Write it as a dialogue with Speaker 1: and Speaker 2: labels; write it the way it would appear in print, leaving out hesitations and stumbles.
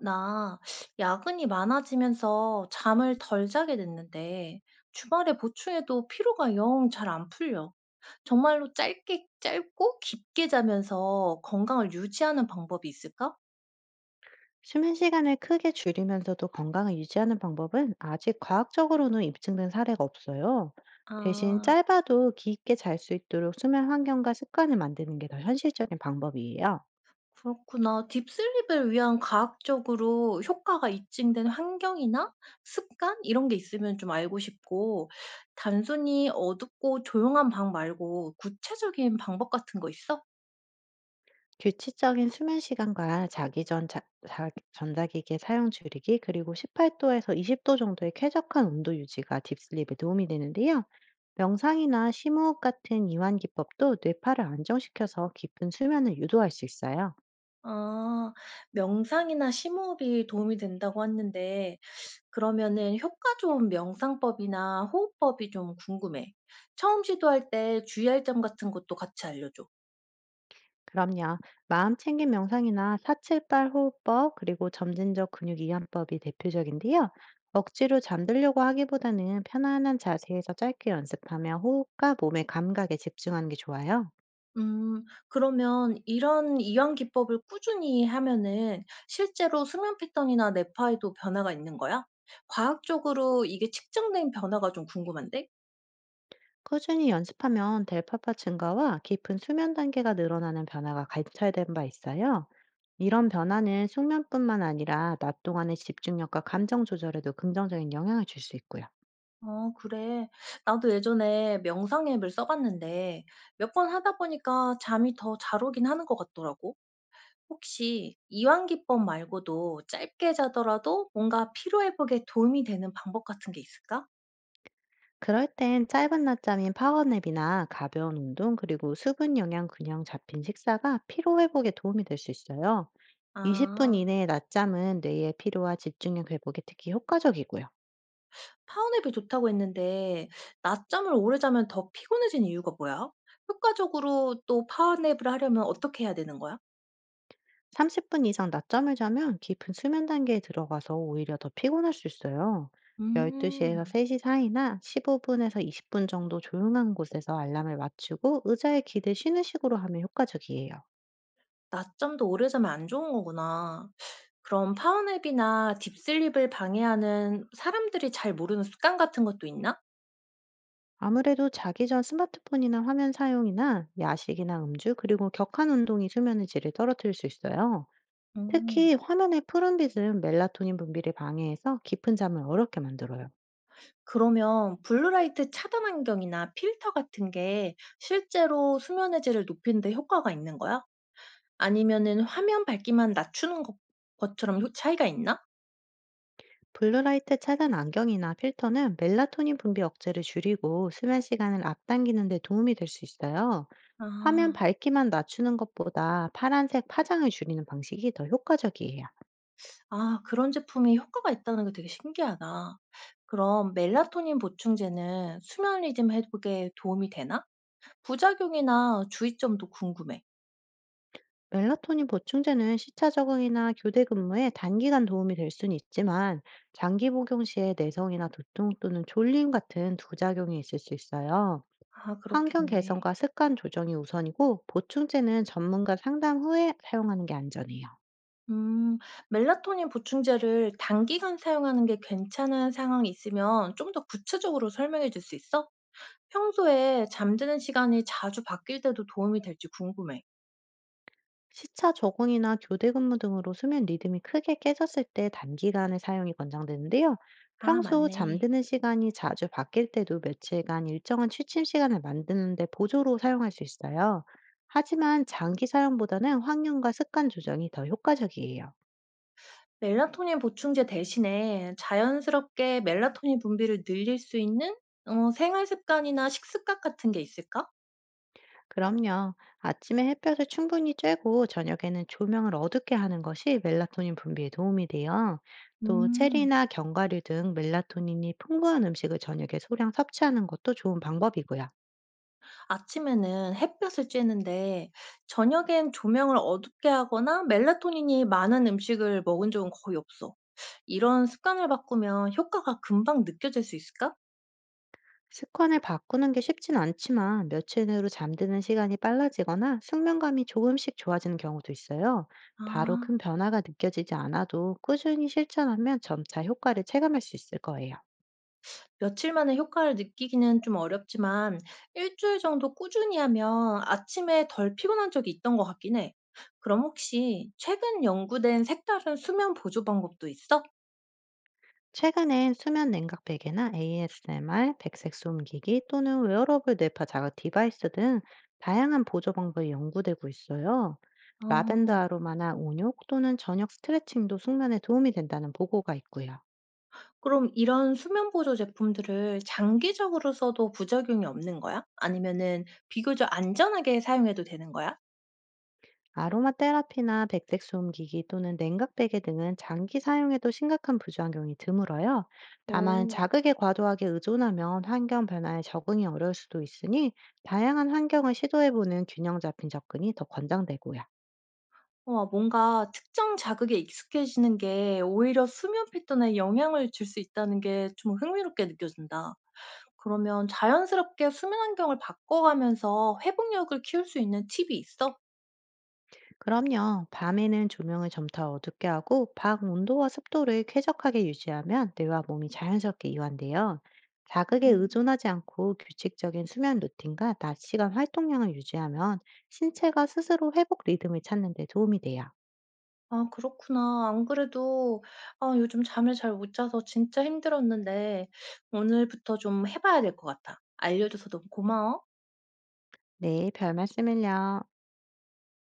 Speaker 1: 나 야근이 많아지면서 잠을 덜 자게 됐는데 주말에 보충해도 피로가 영 잘 안 풀려. 정말로 짧게 짧고 깊게 자면서 건강을 유지하는 방법이 있을까?
Speaker 2: 수면 시간을 크게 줄이면서도 건강을 유지하는 방법은 아직 과학적으로는 입증된 사례가 없어요. 대신
Speaker 1: 아,
Speaker 2: 짧아도 깊게 잘 수 있도록 수면 환경과 습관을 만드는 게 더 현실적인 방법이에요.
Speaker 1: 그렇구나. 딥슬립을 위한 과학적으로 효과가 입증된 환경이나 습관 이런 게 있으면 좀 알고 싶고, 단순히 어둡고 조용한 방 말고 구체적인 방법 같은 거 있어?
Speaker 2: 규칙적인 수면 시간과 자기 전 전자기기 사용 줄이기, 그리고 18도에서 20도 정도의 쾌적한 온도 유지가 딥슬립에 도움이 되는데요. 명상이나 심호흡 같은 이완 기법도 뇌파를 안정시켜서 깊은 수면을 유도할 수 있어요.
Speaker 1: 아. 명상이나 심호흡이 도움이 된다고 했는데 그러면은 효과 좋은 명상법이나 호흡법이 좀 궁금해. 처음 시도할 때 주의할 점 같은 것도 같이 알려줘.
Speaker 2: 그럼요. 마음 챙김 명상이나 사칠발 호흡법, 그리고 점진적 근육 이완법이 대표적인데요. 억지로 잠들려고 하기보다는 편안한 자세에서 짧게 연습하며 호흡과 몸의 감각에 집중하는 게 좋아요.
Speaker 1: 음. 그러면 이런 이완 기법을 꾸준히 하면은 실제로 수면 패턴이나 뇌파에도 변화가 있는 거야? 과학적으로 이게 측정된 변화가 좀 궁금한데?
Speaker 2: 꾸준히 연습하면 델파파 증가와 깊은 수면 단계가 늘어나는 변화가 관찰된 바 있어요. 이런 변화는 숙면뿐만 아니라 낮 동안의 집중력과 감정 조절에도 긍정적인 영향을 줄 수 있고요.
Speaker 1: 어 그래. 나도 예전에 명상 앱을 써 봤는데 몇 번 하다 보니까 잠이 더 잘 오긴 하는 것 같더라고. 혹시 이완 기법 말고도 짧게 자더라도 뭔가 피로 회복에 도움이 되는 방법 같은 게 있을까?
Speaker 2: 그럴 땐 짧은 낮잠인 파워냅이나 가벼운 운동, 그리고 수분 영양 균형 잡힌 식사가 피로 회복에 도움이 될 수 있어요. 20분
Speaker 1: 아,
Speaker 2: 이내의 낮잠은 뇌의 피로와 집중력 회복에 특히 효과적이고요.
Speaker 1: 파운앱이 좋다고 했는데 낮잠을 오래 자면 더 피곤해지는 이유가 뭐야? 효과적으로 또 파운앱을 하려면 어떻게 해야 되는 거야?
Speaker 2: 30분 이상 낮잠을 자면 깊은 수면 단계에 들어가서 오히려 더 피곤할 수 있어요.
Speaker 1: 음.
Speaker 2: 12시에서 3시 사이나 15분에서 20분 정도 조용한 곳에서 알람을 맞추고 의자에 기대 쉬는 식으로 하면 효과적이에요.
Speaker 1: 낮잠도 오래 자면 안 좋은 거구나. 그럼 파워냅이나 딥슬립을 방해하는 사람들이 잘 모르는 습관 같은 것도 있나?
Speaker 2: 아무래도 자기 전 스마트폰이나 화면 사용이나 야식이나 음주, 그리고 격한 운동이 수면의 질을 떨어뜨릴 수 있어요.
Speaker 1: 음.
Speaker 2: 특히 화면의 푸른빛은 멜라토닌 분비를 방해해서 깊은 잠을 어렵게 만들어요.
Speaker 1: 그러면 블루라이트 차단 환경이나 필터 같은 게 실제로 수면의 질을 높이는 데 효과가 있는 거야? 아니면은 화면 밝기만 낮추는 것 것처럼 효 차이가 있나?
Speaker 2: 블루라이트 차단 안경이나 필터는 멜라토닌 분비 억제를 줄이고 수면 시간을 앞당기는 데 도움이 될 수 있어요. 화면
Speaker 1: 아.
Speaker 2: 밝기만 낮추는 것보다 파란색 파장을 줄이는 방식이 더 효과적이에요.
Speaker 1: 아, 그런 제품이 효과가 있다는 게 되게 신기하다. 그럼 멜라토닌 보충제는 수면 리듬 회복에 도움이 되나? 부작용이나 주의점도 궁금해.
Speaker 2: 멜라토닌 보충제는 시차 적응이나 교대 근무에 단기간 도움이 될 수는 있지만, 장기 복용 시에 내성이나 두통 또는 졸림 같은 부작용이 있을 수 있어요.
Speaker 1: 아,
Speaker 2: 환경
Speaker 1: 그렇겠네.
Speaker 2: 개선과 습관 조정이 우선이고, 보충제는 전문가 상담 후에 사용하는 게 안전해요.
Speaker 1: 음, 멜라토닌 보충제를 단기간 사용하는 게 괜찮은 상황이 있으면 좀 더 구체적으로 설명해 줄 수 있어? 평소에 잠드는 시간이 자주 바뀔 때도 도움이 될지 궁금해.
Speaker 2: 시차 적응이나 교대 근무 등으로 수면 리듬이 크게 깨졌을 때 단기간의 사용이 권장되는데요.
Speaker 1: 아,
Speaker 2: 평소
Speaker 1: 맞네.
Speaker 2: 잠드는 시간이 자주 바뀔 때도 며칠간 일정한 취침 시간을 만드는데 보조로 사용할 수 있어요. 하지만 장기 사용보다는 확률과 습관 조정이 더 효과적이에요.
Speaker 1: 멜라토닌 보충제 대신에 자연스럽게 멜라토닌 분비를 늘릴 수 있는 생활 습관이나 식습관 같은 게 있을까?
Speaker 2: 그럼요. 아침에 햇볕을 충분히 쬐고 저녁에는 조명을 어둡게 하는 것이 멜라토닌 분비에 도움이 돼요. 또
Speaker 1: 음.
Speaker 2: 체리나 견과류 등 멜라토닌이 풍부한 음식을 저녁에 소량 섭취하는 것도 좋은 방법이고요.
Speaker 1: 아침에는 햇볕을 쬐는데 저녁엔 조명을 어둡게 하거나 멜라토닌이 많은 음식을 먹은 적은 거의 없어. 이런 습관을 바꾸면 효과가 금방 느껴질 수 있을까?
Speaker 2: 습관을 바꾸는 게 쉽진 않지만, 며칠 내로 잠드는 시간이 빨라지거나 숙면감이 조금씩 좋아지는 경우도 있어요.
Speaker 1: 아,
Speaker 2: 바로 큰 변화가 느껴지지 않아도 꾸준히 실천하면 점차 효과를 체감할 수 있을 거예요.
Speaker 1: 며칠 만에 효과를 느끼기는 좀 어렵지만 일주일 정도 꾸준히 하면 아침에 덜 피곤한 적이 있던 것 같긴 해. 그럼 혹시 최근 연구된 색다른 수면 보조 방법도 있어?
Speaker 2: 최근엔 수면 냉각 베개나 ASMR, 백색 소음기기 또는 웨어러블 뇌파 자극 디바이스 등 다양한 보조 방법이 연구되고 있어요. 라벤더
Speaker 1: 어.
Speaker 2: 아로마나 온욕 또는 저녁 스트레칭도 숙면에 도움이 된다는 보고가 있고요.
Speaker 1: 그럼 이런 수면 보조 제품들을 장기적으로 써도 부작용이 없는 거야? 아니면은 비교적 안전하게 사용해도 되는 거야?
Speaker 2: 아로마 테라피나 백색 소음기기 또는 냉각 베개 등은 장기 사용에도 심각한 부작용이 드물어요. 다만
Speaker 1: 오.
Speaker 2: 자극에 과도하게 의존하면 환경 변화에 적응이 어려울 수도 있으니, 다양한 환경을 시도해보는 균형 잡힌 접근이 더 권장되고요.
Speaker 1: 와, 뭔가 특정 자극에 익숙해지는 게 오히려 수면 패턴에 영향을 줄 수 있다는 게 좀 흥미롭게 느껴진다. 그러면 자연스럽게 수면 환경을 바꿔가면서 회복력을 키울 수 있는 팁이 있어?
Speaker 2: 그럼요. 밤에는 조명을 점더 어둡게 하고 방 온도와 습도를 쾌적하게 유지하면 뇌와 몸이 자연스럽게 이완돼요. 자극에
Speaker 1: 음.
Speaker 2: 의존하지 않고 규칙적인 수면 루틴과 낮 시간 활동량을 유지하면 신체가 스스로 회복 리듬을 찾는 데 도움이 돼요.
Speaker 1: 아, 그렇구나. 안 그래도 요즘 잠을 잘 못 자서 진짜 힘들었는데 오늘부터 좀 해 봐야 될 것 같아. 알려 줘서 너무 고마워.
Speaker 2: 네, 별 말씀을요.